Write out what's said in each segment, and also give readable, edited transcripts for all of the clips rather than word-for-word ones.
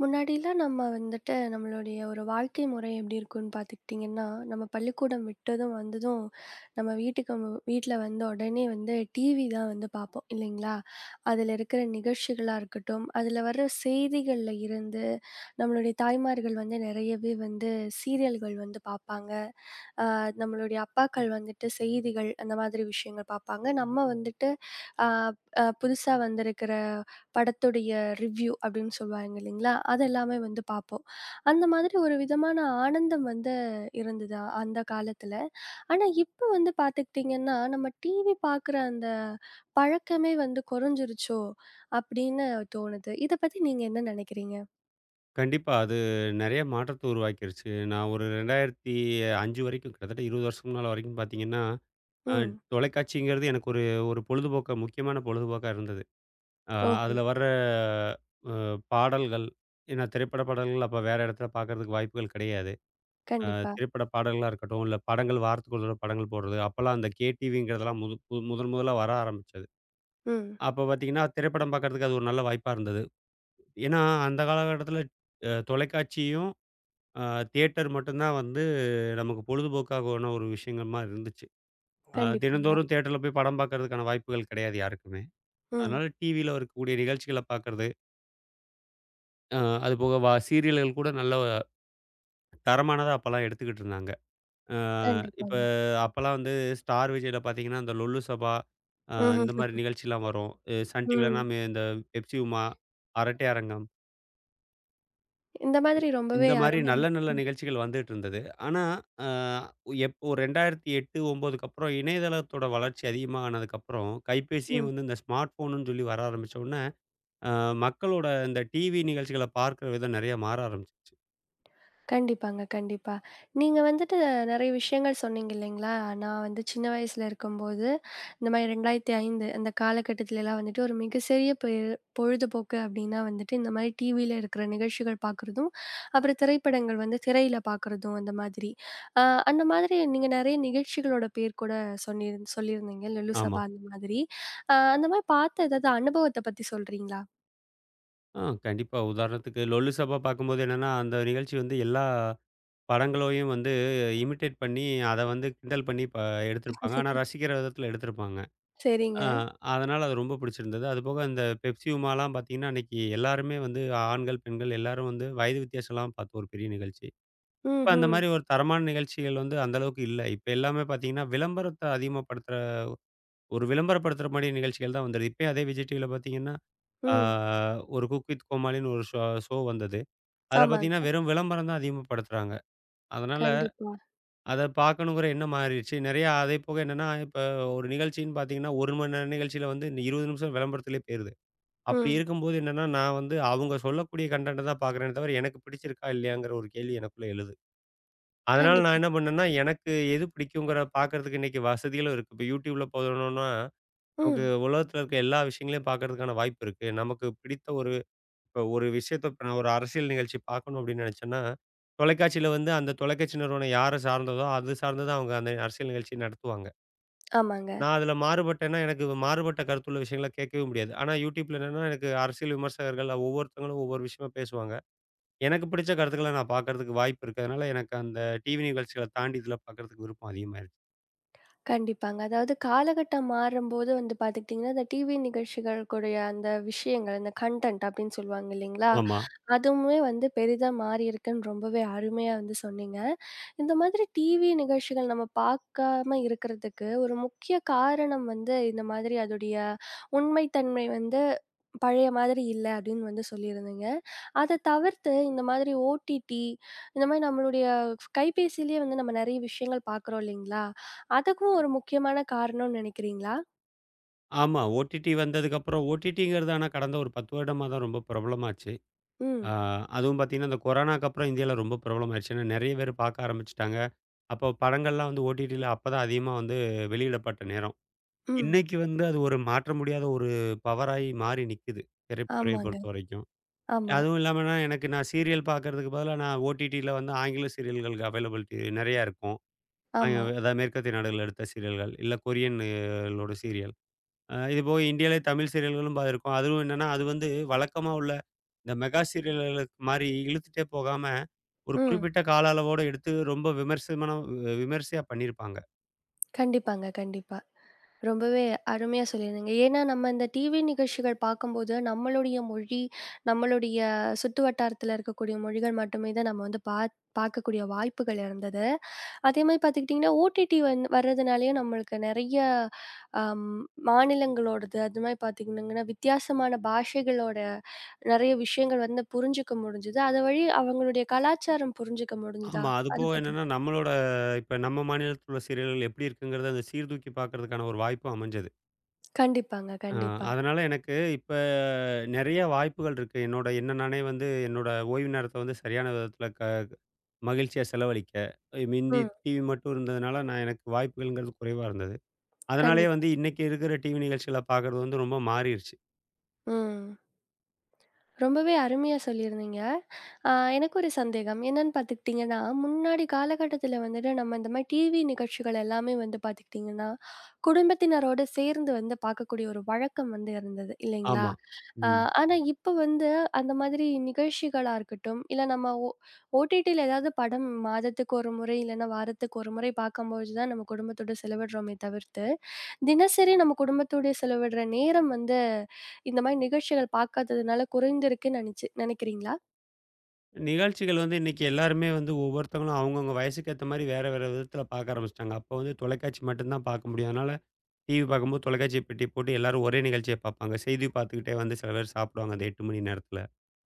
முன்னாடிலாம் நம்ம வந்துட்டு நம்மளுடைய ஒரு வாழ்க்கை முறை எப்படி இருக்கும்னு பார்த்துக்கிட்டிங்கன்னா, நம்ம பள்ளிக்கூடம் விட்டதும் வந்ததும் நம்ம வீட்டுக்கு வீட்ல வந்த உடனே வந்து டிவி தான் வந்து பார்ப்போம் இல்லைங்களா? அதில இருக்கிற நிகழ்ச்சிகளா இருக்கட்டும், அதில வர செய்திகள்ல இருந்து நம்மளுடைய தாய்மார்கள் வந்து நிறையவே வந்து சீரியல்கள் வந்து பார்ப்பாங்க. அ நம்மளுடைய அப்பாக்கள் வந்துட்டு செய்திகள் அந்த மாதிரி விஷயங்கள் பார்ப்பாங்க. நம்ம வந்துட்டு அ அ புதுசா வந்திருக்கிற படத்துடைய ரிவ்யூ அப்படின்னு சொல்லுவாங்க இல்லைங்களா? அது எல்லாமே வந்து பார்ப்போம். அந்த மாதிரி ஒரு விதமான ஆனந்தம் வந்து இருந்தது அந்த காலத்துல. ஆனா இப்ப வந்து பார்த்துக்கிட்டிங்கன்னா, நம்ம டிவி பார்க்குற அந்த பழக்கமே வந்து குறைஞ்சிருச்சோ! அப்படின்னு தோணுது. இத பத்தி நீங்க என்ன நினைக்கிறீங்க? கண்டிப்பா. அது நெறைய மாற்றத்த உருவாக்கிருச்சு. நான் ஒரு 2005 வரைக்கும் கிட்டத்தட்ட 20 வருஷம் முன்னால வரைக்கும் பார்த்தீங்கன்னா, அ ம். தொலைக்காட்சிங்கிறது எனக்கு ஒரு ஒரு பொழுதுபோக்கா முக்கியமான பொழுதுபோக்கா இருந்தது. அ ஓஹோ! அதில வர்ற அ பாடல்கள் ஏன்னா திரைப்பட பாடல்கள் அப்ப வேற இடத்துல பார்க்கறதுக்கு வாய்ப்புகள் கிடையாது. அ கண்டிப்பா. திரைப்பட பாடல்களா இருக்கட்டும், இல்ல படங்கள் வாரத்துக்கு ஒரு தடவ படங்கள் போடுறது. அப்பலாம் அந்த கேடிவிங்கிறதெல்லாம் முது பு முதன் முதலா வர ஆரம்பிச்சது. ம். அப்ப பார்த்தீங்கன்னா, திரைப்படம் பார்க்கறதுக்கு அது ஒரு நல்ல வாய்ப்பா இருந்தது. ஏன்னா, அந்த காலகட்டத்தில தொலைக்காட்சியும் ஆ தியேட்டர் மட்டும் தான் வந்து நமக்கு பொழுதுபோக்காகவான ஒரு விஷயமா இருந்துச்சு. கண்டிப்பாங்க. தினந்தோறும் தியேட்டர்ல போய் படம் பார்க்கறதுக்கான வாய்ப்புகள் கிடையாது யாருக்குமே. ம். அதனால டிவியில இருக்கக்கூடிய நிகழ்ச்சிகள பார்க்கறது, அ அதுபோக சீரியல்கள் கூட நல்ல தரமானதா அப்பலாம் எடுத்துக்கிட்டு இருந்தாங்க. ஆ இப்ப கண்டிப்பாங்க. அப்பலாம் வந்து ஸ்டார் விஜய்ல பார்த்தீங்கன்னா, அந்த லொல்லு சபா, இந்த ம்ஹ்ம். மாரி நிகழ்ச்சிலாம் வரும். சன் ம். ம். டிவிலனா இந்த பெப்சி உமா, அரட்டை அரங்கம். இந்த மாதிரி ரொம்பவே இந்த மாரி அருமையா நல்ல நல்ல நிகழ்ச்சிகள் வந்துட்டு இருந்தது. ஆனா, அ எப் ஒரு 2008, 9க்கு அப்புறம் இணையதளத்தோட வளர்ச்சி அதிகமா ஆனதுக்கப்புறம், கைபேசியும் ம். வந்து இந்த ஸ்மார்ட் ஃபோனுன்னு சொல்லி வர ஆரம்பிச்ச உடனே, அ மக்களோட இந்த டிவி நிகழ்ச்சிகள பார்க்குற விதம் நெறைய மாற ஆரம்பிச்சுருச்சு. கண்டிப்பாங்க, கண்டிப்பா. நீங்க வந்துட்டு நெறைய விஷயங்கள் சொன்னீங்க இல்லைங்களா? நான் வந்து சின்ன வயசுல இருக்கும்போது, இந்த மாரி 2005 அந்த காலகட்டத்துலலாம் வந்துட்டு ஒரு மிகச்சிறிய பொழுதுபோக்கு அப்டின்னா வந்துட்டு, இந்த மாரி டிவில இருக்கிற நிகழ்ச்சிகள் பார்க்குறதும், அப்புறம் திரைப்படங்கள் வந்து திரையில பார்க்குறதும் அந்த மாதிரி. அ அந்த மாதிரி நீங்க நெறைய நிகழ்ச்சிகளோட பேர் கூட சொல்லியிருந்தீங்க. லுலு ஆமா. சபா அந்த மாதிரி. அந்த மாரி பார்த்த ஏதாவது அனுபவத்த பத்தி சொல்றீங்களா? கண்டிப்பா. உதாரணத்துக்கு லொல்லு சபா பார்க்கும்போது என்னன்னா, அந்த நிகழ்ச்சி வந்து எல்லா படங்களையும் வந்து இமிட்டேட் பண்ணி, அத வந்து கிண்டல் பண்ணி எடுத்திருப்பாங்க. ஆனா ரசிக்கிற விதத்தில எடுத்திருப்பாங்க. சரிங்க. ஆ அதனால அது ரொம்ப பிடிச்சிருந்தது. அதுபோக இந்த பெப்சி உமாலாம் பார்த்தீங்கன்னா, அன்னைக்கு எல்லாருமே வந்து ஆண்கள், பெண்கள் எல்லாரும் வந்து வயது வித்தியாசம் இல்லாம பார்த்த ஒரு பெரிய நிகழ்ச்சி. ம்ஹ்ம். இப்ப அந்த ம். மாரி ஒரு தரமான நிகழ்ச்சிகள் வந்து அந்த அளவுக்கு இல்ல. இப்ப எல்லாமே பார்த்தீங்கன்னா, விளம்பரத்த அதிகமா படுத்துற ஒரு விளம்பரப்படுத்துற மாரி நிகழ்ச்சிகள் தான் வந்தது. இப்பயும் அதே விஜய் டிவில பார்த்தீங்கன்னா, ஆ ம் ஒரு குக் வித் கோமாளின்னு ஒரு ஷோ ஷோ வந்தது. அதுல பார்த்தீங்கன்னா, ஆமாங்க. வெறும் விளம்பரம் தான் அதிகமா படுத்துறாங்க. அதனால கண்டிப்பா. அத பார்க்கணுங்கிற எண்ணம் மாறிடுச்சு. நெறையா அதே போக என்னன்னா, இப்ப ஒரு நிகழ்ச்சின்னு பார்த்தீங்கன்னா, 1 மணி நேர நிகழ்ச்சியில வந்து இந்த 20 நிமிஷம் விளம்பரத்திலே போயிருது. அப்படி ம். இருக்கும்போது என்னன்னா, நான் வந்து அவங்க சொல்லக்கூடிய கன்டென்ட்ட தான் பார்க்குறேனே தவிர, எனக்கு பிடிச்சிருக்கா இல்லையாங்கிற ஒரு கேள்வி எனக்குள்ள எழுது. அதனால நான் கண்டிப்பா. என்ன பண்ணேன்னா, எனக்கு எது பிடிக்குங்கிற பார்க்கறதுக்கு இன்னைக்கு வசதிகளும் இருக்கு. இப்ப YouTubeல போனோம்னா, நமக்கு ம். உலகத்துல இருக்க எல்லா விஷயங்களையும் பார்க்கறதுக்கான வாய்ப்பு இருக்கு. நமக்கு பிடித்த ஒரு இப்ப ஒரு விஷயத்த இப்ப நான் ஒரு அரசியல் நிகழ்ச்சி பார்க்கணும் அப்படின்னு நினைச்சேன்னா, தொலைக்காட்சியில வந்து அந்த தொலைக்காட்சி நிறுவனம் யார சார்ந்ததோ, அது சார்ந்து தான் அவங்க அந்த அரசியல் நிகழ்ச்சிய நடத்துவாங்க. ஆமாங்க. நான் அதில மாறுபட்டேன்னா, எனக்கு மாறுபட்ட கருத்துள்ள விஷயங்கள கேட்கவே முடியாது. ஆனா, YouTubeல என்னன்னா, எனக்கு அரசியல் விமர்சகர்கள் ஒவ்வொருத்தவங்களும் ஒவ்வொரு விஷயமா பேசுவாங்க. எனக்கு பிடிச்ச கருத்துக்கள நான் பார்க்கறதுக்கு வாய்ப்பு இருக்கிறதுனால, எனக்கு அந்த டிவி நிகழ்ச்சிகள தாண்டி இதில பார்க்கறதுக்கு விருப்பம் அதிகமாயிருச்சு. கண்டிப்பாங்க. அதாவது காலகட்டம் மாறும்போது வந்து பார்த்துக்கிட்டிங்கன்னா, இந்த டிவி நிகழ்ச்சிகள் கூடய அந்த விஷயங்கள், அந்த கன்டென்ட் அப்படின்னு சொல்லுவாங்க இல்லைங்களா? ஆமா. அதுவுமே வந்து பெரிதா மாறியிருக்குன்னு ரொம்பவே அருமையா வந்து சொன்னீங்க. இந்த மாதிரி டிவி நிகழ்ச்சிகள் நம்ம பார்க்காம இருக்கிறதுக்கு ஒரு முக்கிய காரணம் வந்து இந்த மாதிரி அதோடைய உண்மை தன்மை வந்து பழைய மாதிரி இல்ல அப்படின்னு வந்து சொல்லியிருந்தீங்க. அத தவிர்த்து இந்த மாதிரி ஓடிடி இந்த மாதிரி நம்மளுடைய கைபேசியிலேயே வந்து நம்ம நெறைய விஷயங்கள் பார்க்குறோம் இல்லைங்களா? அதுக்கும் ஒரு முக்கியமான காரணம்னு நினைக்கிறீங்களா? ஆமா. ஓடிடி வந்ததுக்கப்புறம் ஓடிடிங்கிறது ஆனா கடந்த ஒரு 10 வருடமா தான் ரொம்ப பிரபலமாச்சு. ஆ ம், அதுவும் பார்த்தீங்கன்னா, இந்த கொரோனாக்கு அப்புறம் இந்தியால ரொம்ப பிரபலமாயிருச்சு. ஏன்னா நெறைய பேர் பார்க்க ஆரம்பிச்சுட்டாங்க. அப்போ படங்கள்லாம் வந்து ஓடிடில அப்பதான் அதிகமா வந்து வெளியிடப்பட்ட நேரம். ம். இன்னைக்கு வந்து அது ஒரு மாற்ற முடியாத ஒரு பவராயி மாறி நிக்குது. திரைத்துறைய ஆமாங்க. பொறுத்தவரைக்கும். ஆமா, அதுவும் இல்லாமன்னா, எனக்கு நான் சீரியல் பார்க்கறதுக்கு பதிலா நான் ஓடிடில வந்து ஆங்கில சீரியல்களுக்கு அவைலபிலிட்டி நெறையா இருக்கும். அ ஆமா. அதாவது மேற்கத்திய நாடுகள்ல எடுத்த சீரியல்கள், இல்ல கொரியன் களோட சீரியல். இது போக இந்தியாலயே தமிழ் சீரியல்களும் இருக்கும். அதுவும் என்னன்னா, அது வந்து வழக்கமா உள்ள இந்த மெகா சீரியல்களுக்கு மாரி இழுத்துட்டே போகாம, ஒரு ம். குறிப்பிட்ட கால அளவோட எடுத்து ரொம்ப விமர்சையா பண்ணியிருப்பாங்க. கண்டிப்பாங்க, கண்டிப்பா. ரொம்பவே அருமையா சொல்லியிருந்தீங்க. ஏன்னா, நம்ம இந்த டிவி நிகழ்ச்சிகள் பார்க்கும்போது, நம்மளுடைய மொழி, நம்மளுடைய சுற்று வட்டாரத்தில இருக்கக்கூடிய மொழிகள் மட்டுமே தான் நம்ம வந்து பார்க்கக்கூடிய வாய்ப்புகள் இருந்தது. அதேமாரி பார்த்துக்கிட்டிங்கன்னா, ஓடிடி வந்து வர்றதுனாலயும் நம்மளுக்கு நெறைய அம் மாநிலங்களோடது, அதுமாரி பார்த்திங்கன்னா, வித்தியாசமான பாஷைகளோட நெறைய விஷயங்கள் வந்து புரிஞ்சுக்க முடிஞ்சுது. அது வழி அவங்களுடைய கலாச்சாரம் புரிஞ்சுக்க முடிஞ்சுதா? ஆமா. அத அதுபோக பத்தி என்னன்னா, நம்மளோட இப்ப நம்ம மாநிலத்தில உள்ள சீரியல்கள் எப்படி இருக்குங்கிறத அந்த சீர்தூக்கி பார்க்கறதுக்கான ஒரு வாய்ப்பும் அமைஞ்சது. கண்டிப்பாங்க, அ கண்டிப்பா. அதனால எனக்கு இப்ப நெறைய வாய்ப்புகள் இருக்கு. என்னோட என்ன நானே வந்து என்னோட ஓய்வு நேரத்த வந்து சரியான விதத்தில மகிழ்ச்சியா செலவழிக்க. மிந்தி ம். டிவி மட்டும் இருந்ததுனால, நான் எனக்கு வாய்ப்புகள்ங்கிறது குறைவா இருந்தது. அதனாலேயே கண்டிப்பா. வந்து இன்னைக்கு இருக்கிற டிவி நிகழ்ச்சிகள பார்க்கறது வந்து ரொம்ப மாறிருச்சு. ம். ரொம்பவே அருமையா சொல்லியிருந்தீங்க. அ எனக்கு ஒரு சந்தேகம். என்னன்னு பார்த்துக்கிட்டிங்கன்னா, முன்னாடி காலகட்டத்தில வந்துட்டு நம்ம இந்த மாரி டிவி நிகழ்ச்சிகள் எல்லாமே வந்து பார்த்துக்கிட்டிங்கன்னா, குடும்பத்தினரோட சேர்ந்து வந்து பார்க்கக்கூடிய ஒரு வழக்கம் வந்து இருந்தது இல்லைங்களா? ஆமா. ஆ, ம். ஆனா இப்ப வந்து அந்த மாதிரி நிகழ்ச்சிகளா இருக்கட்டும், இல்ல நம்ம ஓடிடில ஏதாவது படம் மாதத்துக்கு ஒரு முறை, இல்லன்னா வாரத்துக்கு ஒரு முறை பார்க்கும்பொழுது தான் நம்ம குடும்பத்தோட செலவிடுறோமே தவிர்த்து, தினசரி நம்ம குடும்பத்தோட செலவிடுற நேரம் வந்து இந்த மாரி நிகழ்ச்சிகள் பார்க்காததுனால குறைந்திருக்குன்னு நெனைக்கிறீங்களா? நிகழ்ச்சிகள் வந்து இன்னைக்கு எல்லாருமே வந்து ஒவ்வொருத்தவங்களும் அவங்கவங்க வயசுக்கு ஏத்த மாரி வேற, வேற விதத்துல பார்க்க ஆரம்பிச்சுட்டாங்க. அப்போ வந்து தொலைக்காட்சி மட்டும் தான் பார்க்க முடியும். அதனால டிவி பார்க்கும்போது தொலைக்காட்சி பெட்டிய போட்டு எல்லாரும் ஒரே நிகழ்ச்சிய பார்ப்பாங்க. செய்தி பார்த்துக்கிட்டே வந்து சில பேர் சாப்பிடுவாங்க அந்த 8 மணி நேரத்துல.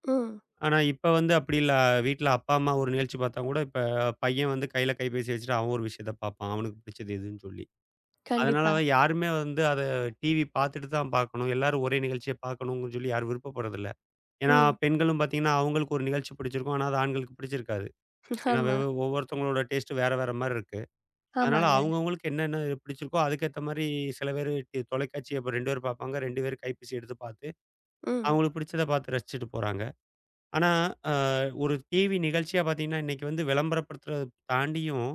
ம். ஆனா இப்ப வந்து அப்படி இல்ல. வீட்ல அப்பா, அம்மா ஒரு நிகழ்ச்சி பார்த்தா கூட இப்ப பையன் வந்து கையில கைபேசி வச்சுட்டு அவன் ஒரு விஷயத்த பார்ப்பான். அவனுக்கு பிடிச்சது எதுன்னு சொல்லி. அதனால கண்டிப்பா. வந்து யாருமே வந்து அத டிவி பார்த்துட்டு தான் பார்க்கணும். எல்லாரும் ஒரே நிகழ்ச்சிய பார்க்கணும்னு சொல்லி யாரும் விருப்பப்படுறதில்ல. ஏன்னா ம். பெண்களும் பார்த்தீங்கன்னா, அவங்களுக்கு ஒரு நிகழ்ச்சி பிடிச்சிருக்கும். ஆனா அது ஆண்களுக்கு பிடிச்சிருக்காது. ஏன்னா ஆமா. ஒவ்வொருத்தவங்களோட டேஸ்ட்டு வேற வேற மாரி இருக்கு. அதனால ஆமாங்க. அவங்கவங்களுக்கு என்னென்ன பிடிச்சிருக்கோ அதுக்கேத்த மாரி சில பேரு தொலைக்காட்சிய இப்ப 2 பேர் பார்ப்பாங்க. 2 பேரும் கைபேசி எடுத்து பார்த்து, ம். அவங்களுக்கு பிடிச்சத பார்த்து ரசிச்சுட்டு போறாங்க. ஆனா, அ ஒரு டிவி நிகழ்ச்சியா பார்த்தீங்கன்னா, இன்னைக்கு வந்து விளம்பரப்படுத்துறத தாண்டியும்,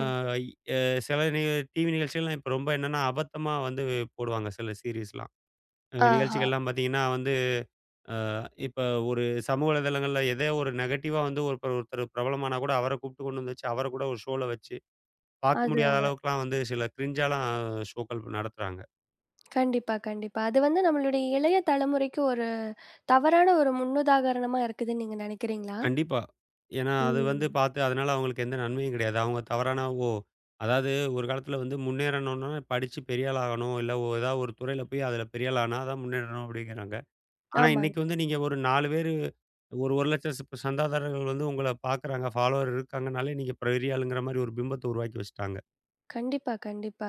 அ இ அ சில நி டிவி நிகழ்ச்சிகள்லாம் இப்ப ரொம்ப என்னன்னா, அபத்தமா வந்து போடுவாங்க சில சீரிஸ்லாம். ஆஹா. நிகழ்ச்சிகள்லாம் பார்த்தீங்கன்னா வந்து, இப்ப ஒரு சமூக வலைதளங்கள்ல எதோ ஒரு நெகட்டிவா வந்து ஒருத்தர் ஒருத்தர் பிரபலமானா கூட அவர கூப்பிட்டு கொண்டு வந்து வச்சு, அவர கூட ஒரு ஷோல வச்சு பார்க்க முடியாத அதுதாங்க. அளவுக்குலாம் வந்து சில கிரிஞ்சாலாம் ஷோக்கள் நடத்துறாங்க. கண்டிப்பா, கண்டிப்பா. அது வந்து நம்மளுடைய இளைய தலைமுறைக்கு ஒரு தவறான ஒரு முன்னுதாரணமா இருக்குதுன்னு நீங்க நினைக்கிறீங்களா? கண்டிப்பா. ஏன்னா, அது வந்து ம். பார்த்து அதனால அவங்களுக்கு எந்த நன்மையும் கிடையாது. அவங்க தவறான ஓ அதாவது ஒரு காலத்தில வந்து முன்னேறணும்னா படிச்சு பெரிய ஆள் ஆகணும். இல்ல ஏதாவது ஒரு துறையில போய் அதில பெரிய ஆள் ஆனா தான் முன்னேறணும் அப்படிங்கிறாங்க. ஆனா, ஆமாங்க. இன்னைக்கு வந்து நீங்க ஒரு 4 பேரு ஒரு 1,00,000 சந்தாதாரர்கள் வந்து உங்கள பார்க்குறாங்க, ஃபாலோவர் இருக்காங்கனாலே நீங்க பெரிய ஆளுங்கிற மாரி ஒரு பிம்பத்த உருவாக்கி வச்சுட்டாங்க. கண்டிப்பா, கண்டிப்பா.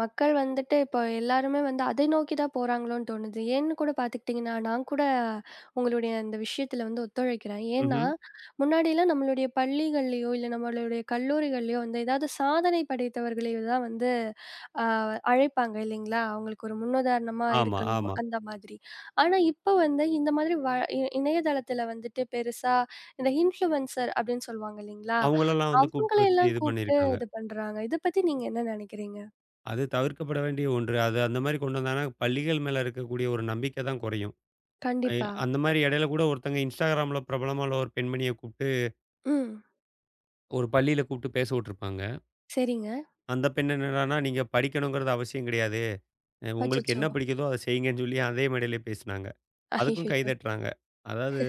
மக்கள் வந்துட்டு இப்போ எல்லாருமே வந்து அதை நோக்கி தான் போறாங்களோன்னு தோணுது. ஏன்னு கூட பார்த்துக்கிட்டிங்கன்னா, நான் கூட உங்களுடைய இந்த விஷயத்தில வந்து ஒத்துழைக்கிறேன். ஏன்னா, ம்ஹ்ம். முன்னாடிலாம் நம்மளுடைய பள்ளிகள்லயோ, இல்ல நம்மளுடைய கல்லூரிகள்லயோ வந்து ஏதாவது சாதனை படைத்தவர்களையோ தான் வந்து அ அழைப்பாங்க இல்லைங்களா? அவங்களுக்கு ஒரு முன்னுதாரணமா ஆமா, இருக்கணும் ஆமா. அந்த மாதிரி. ஆனா இப்ப வந்து இந்த மாதிரி வ இ இணையதளத்தில வந்துட்டு பெருசா இந்த இன்ஃப்ளூயன்சர் அப்படின்னு சொல்லுவாங்க இல்லைங்களா? அவங்களெல்லாம் வந்து அவங்கள கூப்பிட்டு வச்சு எல்லாம் இது கூப்பிட்டு பண்ணியிருக்காங்க. இது பண்றாங்க. இத பத்தி நீங்க என்ன நினைக்கிறீங்க? அது தவிர்க்கப்பட வேண்டிய ஒன்று. அது அந்த மாரி கொண்டு வந்தாங்கன்னா, பள்ளிகள் மேல இருக்கக்கூடிய ஒரு நம்பிக்கை தான் குறையும். எ கண்டிப்பா. அந்த மாரி இடையில கூட ஒருத்தங்க இன்ஸ்டாகிராம்ல பிரபலமா உள்ள ஒரு பெண்மணிய கூப்ட்டு, ம். ஒரு பள்ளியில கூப்ட்டு பேச விட்டுருப்பாங்க. சரிங்க. அந்த பெண் என்னடான்னா, நீங்க படிக்கணுங்கிறது அவசியம் கிடையாது. உங்களுக்கு அச்சச்சோ! என்ன பிடிக்குதோ அத செய்யுங்கன்னு சொல்லி அதே மேடையிலே பேசுனாங்க. அதுக்கும் கை அய்யய்யோ! தட்டுறாங்க. அதாவது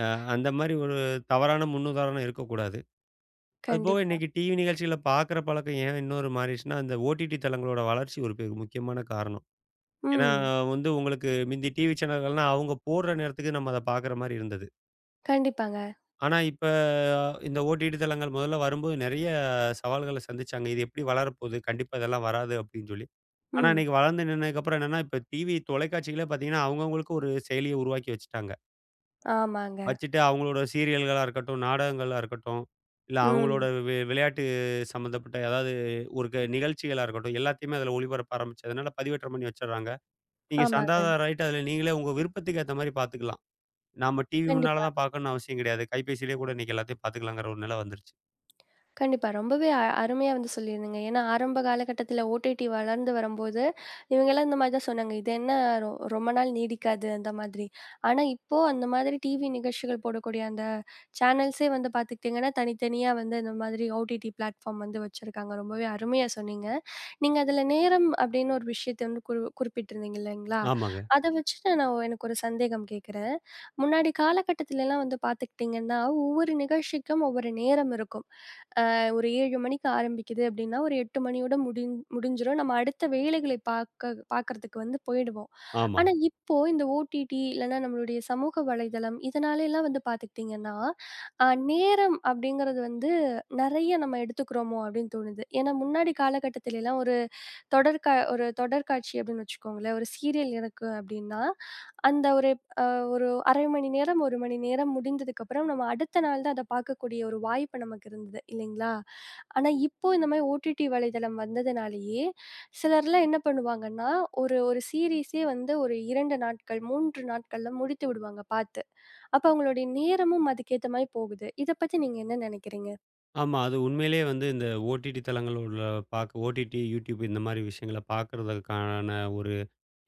அ அந்த மாரி ஒரு தவறான முன்னுதாரணம் இருக்கக்கூடாது. அதுபோக கண்டிப்பா. இன்னைக்கு டிவி நிகழ்ச்சிகள பார்க்குற பழக்கம் ஏன் இன்னொரு மாறிடுச்சுன்னா, அந்த ஓடிடி தளங்களோட வளர்ச்சி ஒரு பெரு முக்கியமான காரணம். ஏன்னா ம். வந்து உங்களுக்கு மிந்தி டிவி சேனல்கள்னா, அவங்க போடுற நேரத்துக்கு நம்ம அத பார்க்குற மாரி இருந்தது. கண்டிப்பாங்க. ஆனா இப்ப இந்த ஓடிடி தளங்கள் முதல்ல வரும்போது நெறைய சவால்கள சந்திச்சாங்க. இது எப்படி வளரப்போகுது? கண்டிப்பா இதெல்லாம் வராது அப்படின்னு சொல்லி. ஆனா ம். இன்னைக்கு வளர்ந்து நின்னதுக்கப்புறம் என்னன்னா, இப்ப டிவி தொலைக்காட்சிகளே பார்த்தீங்கன்னா, அவங்கவங்களுக்கு ஒரு செயலிய உருவாக்கி வச்சுட்டாங்க. ஆமாங்க. வச்சுட்டு அவங்களோட சீரியல்களா இருக்கட்டும், நாடகங்களா இருக்கட்டும், இல்ல அவங்களோட ம். விளையாட்டு சம்மந்தப்பட்ட ஏதாவது ஒரு நிகழ்ச்சிகளா இருக்கட்டும், எல்லாத்தையுமே அதில ஒளிபரப்ப ஆரம்பிச்சதுனால பதிவேற்றம் பண்ணி வச்சுடுறாங்க. நீங்க ஆமாங்க. சந்தாதாரர் ஆயிட்டு, அதுல நீங்களே உங்க விருப்பத்துக்கு ஏத்த மாரி பாத்துக்கலாம். நாம டிவி முன்னால கண்டிப்பா, தான் பாக்கணும்னு அவசியம் கிடையாது. கைபேசியிலேயே கூட இன்னைக்கு எல்லாத்தையும் பாத்துக்கலாங்கிற ஒரு நிலை வந்துருச்சு. கண்டிப்பா. ரொம்பவே அருமையா வந்து சொல்லியிருந்தீங்க. ஏன்னா, ஆரம்ப காலகட்டத்தில ஓடிடி வளர்ந்து வரும்போது, இவங்கலாம் இந்த மாதிரி தான் சொன்னாங்க. இது என்ன ரொ ரொம்ப நாள் நீடிக்காது அந்த மாதிரி. ஆனா, இப்போ அந்த மாதிரி டிவி நிகழ்ச்சிகள் போடக்கூடிய அந்த சேனல்ஸே வந்து பார்த்துக்கிட்டிங்கன்னா, தனித்தனியா வந்து இந்த மாதிரி ஓடிடி பிளாட்ஃபார்ம் வந்து வச்சிருக்காங்க. ரொம்பவே அருமையா சொன்னீங்க. நீங்க அதுல நேரம் அப்படின்னு ஒரு விஷயத்த வந்து குறிப்பிட்டிருந்தீங்க இல்லைங்களா? ஆமாங்க. அத வச்சு நான் நான் எனக்கு ஒரு சந்தேகம் கேட்கிறேன். முன்னாடி காலகட்டத்துலலாம் வந்து பார்த்துக்கிட்டிங்கன்னா, ஒவ்வொரு நிகழ்ச்சிக்கும் ஒவ்வொரு நேரம் இருக்கும். அ ஒரு 7 மணிக்கு ஆரம்பிக்குது அப்படின்னா, ஒரு 8 மணியோட முடிஞ்சிரும். நம்ம அடுத்த வேலைகளை பார்க்கறதுக்கு வந்து போயிடுவோம். ஆமா. ஆனா இப்போ இந்த ஓடிடி இல்லைன்னா நம்மளுடைய சமூக வலைதளம் இதனாலலாம் வந்து பார்த்துக்கிட்டிங்கன்னா, நேரம் அப்படிங்கிறது வந்து நெறைய நம்ம எடுத்துக்கிறோமோ அப்படின்னு தோணுது. ஏன்னா முன்னாடி காலகட்டத்திலலாம் ஒரு தொடர் கா ஒரு தொடர்காட்சி அப்படின்னு வச்சுக்கோங்களேன். ஒரு சீரியல் இருக்கு அப்படின்னா, அந்த அ ஒரு அரை மணி நேரம், 1 மணி நேரம் முடிந்ததுக்கப்புறம் நம்ம அடுத்த நாள் தான் அத பார்க்கக்கூடிய ஒரு வாய்ப்பு நமக்கு இருந்தது இல்லைங்களா? ஆனா இப்போ இந்த மாரி ஓடிடி வலைதளம் வந்ததுனாலேயே, சிலர்லாம் என்ன பண்ணுவாங்கன்னா, ஒரு ஒரு சீரிஸே வந்து ஒரு 2 நாட்கள், 3 நாட்கள்ல முடித்து விடுவாங்க பார்த்து. அப்ப அவங்களுடைய நேரமும் அதுக்கேத்த மாரி போகுது. இத பத்தி நீங்க என்ன நெனைக்கிறீங்க? ஆமா. அது உண்மையிலேயே வந்து இந்த ஓடிடி தளங்கள் உள்ள பாக்க ஓடிடி, யூடியூப் இந்த மாரி விஷயங்கள பாக்குறதுக்கான ஒரு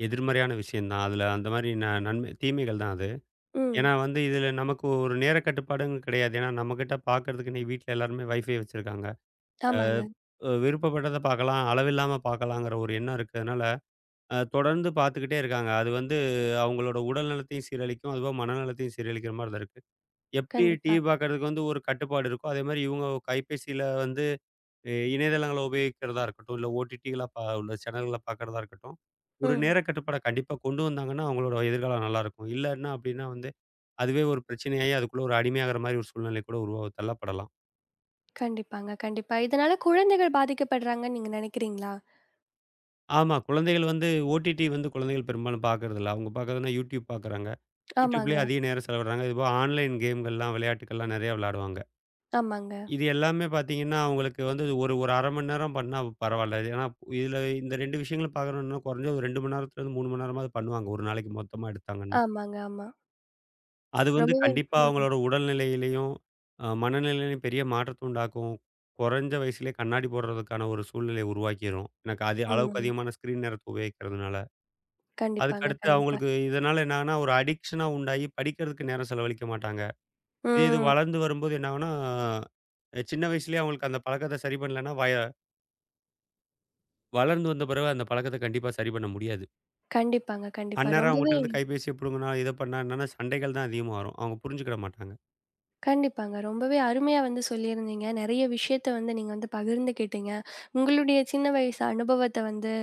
எதிர்மறையான விஷயம் தான். அதுல அந்த மாரி நன்மை தீமைகள் தான் அது. ம். ஏன்னா வந்து இதுல நமக்கு ஒரு நேர கட்டுப்பாடுன்னு கிடையாது. ஏன்னா நம்மகிட்ட பாக்குறதுக்கு இன்னைக்கு வீட்ல எல்லாருமே வைஃபை வச்சிருக்காங்க. அ, ஆமாங்க. அ விருப்பப்பட்டத பாக்கலாம், அளவில்லாம பாக்கலாங்கிற ஒரு எண்ணம் இருக்கிறதுனால தொடர்ந்து பார்த்துக்கிட்டே இருக்காங்க. அது வந்து அவங்களோட உடல் நலத்தையும் சீரழிக்கும். அதுபோக மனநலத்தையும் சீரழிக்கிற மாரி தான் இருக்கு. எப்படி கண்டிப்பா. டிவி பார்க்கறதுக்கு வந்து ஒரு கட்டுப்பாடு இருக்கோ, அதேமாரி இவங்க கைபேசியில வந்து இணையதளங்கள உபயோகிக்கிறதா இருக்கட்டும், இல்ல ஓடிடிகளா உள்ள சேனல்கள பார்க்கறதா இருக்கட்டும், ஒரு ம். நேர கட்டுப்பாட கண்டிப்பா கொண்டு வந்தாங்கன்னா, அவங்களோட எதிர்காலம் நல்லாயிருக்கும். இல்லன்னா அப்படின்னா வந்து, அதுவே ஒரு பிரச்சனையாயி அதுக்குள்ள ஒரு அடிமையாகிற மாரி ஒரு சூழ்நிலை கூட உருவா தள்ளப்படலாம். கண்டிப்பாங்க, கண்டிப்பா. இதனால குழந்தைகள் பாதிக்கப்படுறாங்கன்னு நீங்க நினைக்கிறீங்களா? ஆமா. குழந்தைகள் வந்து ஓடிடி வந்து குழந்தைகள் பெரும்பாலும் பார்க்கறதில்ல. அவங்க பார்க்கறதுன்னா, YouTube பார்க்கறாங்க. ஆமாங்க, YouTubeலயே அதிக நேரம் செலவிடுறாங்க. இதுபோக ஆன்லைன் கேம்கள்லாம், விளையாட்டுக்கள்லாம் நெறையா விளையாடுவாங்க. ஆமாங்க, இது எல்லாமே பார்த்தீங்கன்னா, அவங்களுக்கு வந்து ஒரு ஒரு 1/2 மணி நேரம் பண்ணா பரவால்ல. ஏன்னா, இதுல இந்த 2 விஷயங்களும் பார்க்கணும்னா குறைஞ்சது ஒரு 2 மணி நேரத்துலருந்து 3 மணி நேரமாவது பண்ணுவாங்க. ஒரு நாளைக்கு மொத்தமா எடுத்தாங்கன்னா. ஆமாங்க, ஆமா. அது வந்து ரொம்பவே கண்டிப்பா ம், அவங்களோட உடல்நிலையிலயும், மனநிலையிலயும் பெரிய மாற்றத்த உண்டாக்கும். குறைஞ்ச வயசுலயே கண்ணாடி போடுறதுக்கான ஒரு சூழ்நிலைய உருவாக்கிரும். எனக்கு அது அளவுக்கு ம். அதிகமான ஸ்க்ரீன் நேரத்த உபயோகிக்கிறதுனால. கண்டிப்பாங்க, அதுக்கடுத்து கண்டிப்பா. அவங்களுக்கு இதனால என்னாகுன்னா, ஒரு அடிக்ஷனா உண்டாகி படிக்கிறதுக்கு நேரம் செலவழிக்க மாட்டாங்க. இதே இது ம். வளர்ந்து வரும்போது என்ன ஆகும்னா, சின்ன வயசுலயே அவங்களுக்கு அந்த பழக்கத்த சரி பண்ணலன்னா, வளர்ந்து வந்த பிறகு அந்த பழக்கத்த கண்டிப்பா சரி பண்ண முடியாது. கண்டிப்பாங்க, கண்டிப்பா. அந்நேரம் அவங்ககிட்ட ரொம்பவே இருந்து கைபேசிய புடுங்குனா, இத பண்ணா என்னன்னா, சண்டைகள் தான் அதிகமா வரும். அவங்க புரிஞ்சுக்கிட மாட்டாங்க. கண்டிப்பாங்க. ரொம்பவே அருமையா வந்து சொல்லியிருந்தீங்க. நெறைய விஷயத்த வந்து நீங்க வந்து பகிர்ந்துக்கிட்டீங்க. உங்களுடைய சின்ன வயசு அனுபவத்த வந்து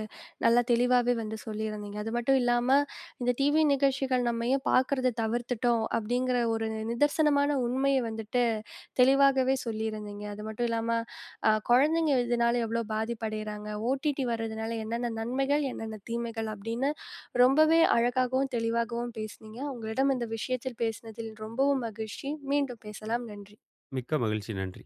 நல்லா தெளிவாவே வந்து சொல்லியிருந்தீங்க. அது மட்டும் இல்லாம, இந்த டிவி நிகழ்ச்சிகள் நம்ம ஏன் பார்க்கறத தவிர்த்துட்டோம் அப்படிங்கிற ஒரு நிதர்சனமான உண்மைய வந்துட்டு தெளிவாகவே சொல்லியிருந்தீங்க. அது மட்டும் இல்லாம, குழந்தைங்க இதனால எவ்வளோ பாதிப்படையறாங்க, ஓடிடி வர்றதுனால என்னென்ன நன்மைகள், என்னென்ன தீமைகள் அப்படின்னு ரொம்பவே அழகாகவும், தெளிவாகவும் பேசுனீங்க. உங்களிடம் இந்த விஷயத்தில் பேசினதில் ரொம்பவும் மகிழ்ச்சி. மீண்டும் பேசலாம். நன்றி. மிக்க மகிழ்ச்சி. நன்றி.